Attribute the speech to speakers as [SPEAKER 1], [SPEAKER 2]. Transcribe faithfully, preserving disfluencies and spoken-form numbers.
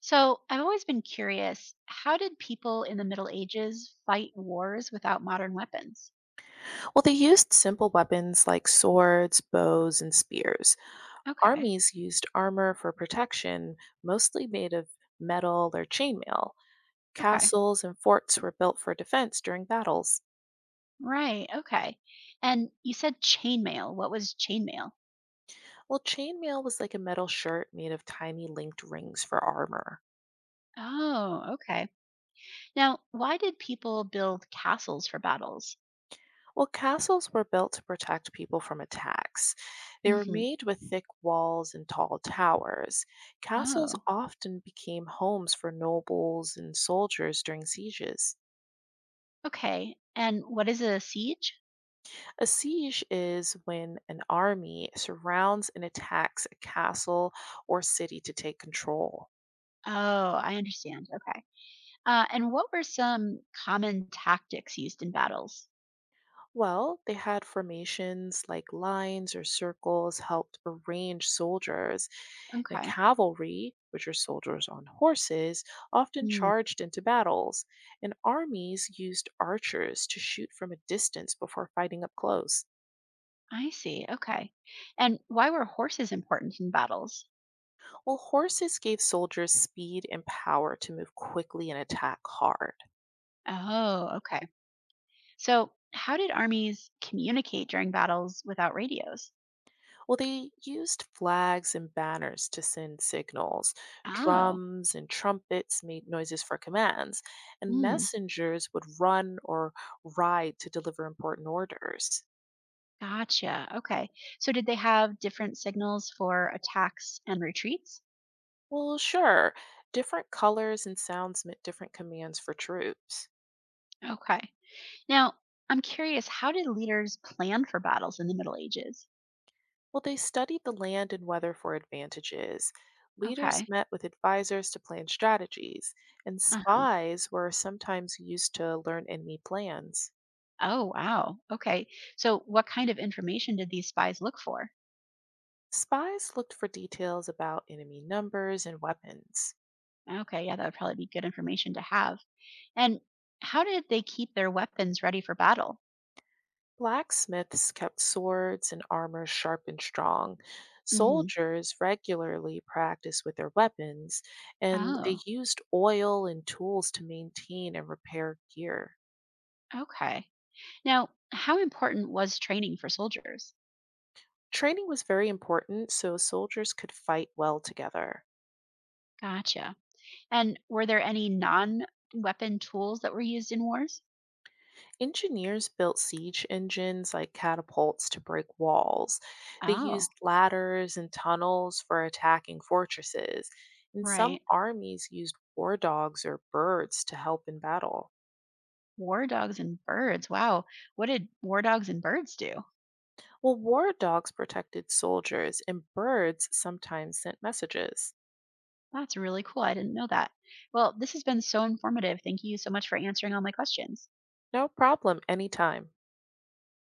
[SPEAKER 1] So, I've always been curious, how did people in the Middle Ages fight wars without modern weapons?
[SPEAKER 2] Well, they used simple weapons like swords, bows, and spears.
[SPEAKER 1] Okay.
[SPEAKER 2] Armies used armor for protection, mostly made of metal or chainmail.
[SPEAKER 1] Okay.
[SPEAKER 2] Castles and forts were built for defense during battles.
[SPEAKER 1] Right. Okay. And you said chainmail. What was chainmail?
[SPEAKER 2] Well, chainmail was like a metal shirt made of tiny linked rings for armor.
[SPEAKER 1] Oh, okay. Now, why did people build castles for battles?
[SPEAKER 2] Well, castles were built to protect people from attacks. They were
[SPEAKER 1] Hmm.
[SPEAKER 2] made with thick walls and tall towers. Castles
[SPEAKER 1] Oh,
[SPEAKER 2] often became homes for nobles and soldiers during sieges.
[SPEAKER 1] okay. And what is a siege?
[SPEAKER 2] A siege is when an army surrounds and attacks a castle or city to take control.
[SPEAKER 1] Oh, I understand. Okay. Uh, and what were some common tactics used in battles?
[SPEAKER 2] Well, they had formations like lines or circles helped arrange soldiers, and
[SPEAKER 1] Okay.
[SPEAKER 2] cavalry, which are soldiers on horses, often charged into battles, and armies used archers to shoot from a distance before fighting up close.
[SPEAKER 1] I see. Okay. And why were horses important in battles?
[SPEAKER 2] Well, horses gave soldiers speed and power to move quickly and attack hard.
[SPEAKER 1] Oh, okay. So, how did armies communicate during battles without radios?
[SPEAKER 2] Well, they used flags and banners to send signals.
[SPEAKER 1] Oh,
[SPEAKER 2] Drums and trumpets made noises for commands, and
[SPEAKER 1] mm,
[SPEAKER 2] messengers would run or ride to deliver important orders.
[SPEAKER 1] gotcha. Okay. So, did they have different signals for attacks and retreats?
[SPEAKER 2] Well, sure, different colors and sounds meant different commands for troops.
[SPEAKER 1] Okay. Now, I'm curious, how did leaders plan for battles in the Middle Ages?
[SPEAKER 2] Well, they studied the land and weather for advantages. Leaders
[SPEAKER 1] Okay.
[SPEAKER 2] met with advisors to plan strategies, and
[SPEAKER 1] Uh-huh.
[SPEAKER 2] spies were sometimes used to learn enemy plans.
[SPEAKER 1] Oh, wow. Okay. So, what kind of information did these spies look for?
[SPEAKER 2] Spies looked for details about enemy numbers and weapons.
[SPEAKER 1] Okay. Yeah, that would probably be good information to have. And how did they keep their weapons ready for battle?
[SPEAKER 2] Blacksmiths kept swords and armor sharp and strong.
[SPEAKER 1] Hmm.
[SPEAKER 2] Soldiers regularly practiced with their weapons, and they
[SPEAKER 1] Oh,
[SPEAKER 2] used oil and tools to maintain and repair gear.
[SPEAKER 1] okay. Now, how important was training for soldiers?
[SPEAKER 2] Training was very important so soldiers could fight well together.
[SPEAKER 1] Gotcha. And were there any non weapon tools that were used in wars?
[SPEAKER 2] Engineers built siege engines like catapults to break walls. They
[SPEAKER 1] Oh,
[SPEAKER 2] used ladders and tunnels for attacking fortresses. And some
[SPEAKER 1] right.
[SPEAKER 2] armies used war dogs or birds to help in battle.
[SPEAKER 1] War dogs and birds. Wow. What did war dogs and birds do?
[SPEAKER 2] Well, war dogs protected soldiers, and birds sometimes sent messages.
[SPEAKER 1] That's really cool. I didn't know that. Well, this has been so informative. Thank you so much for answering all my questions.
[SPEAKER 2] No problem, anytime.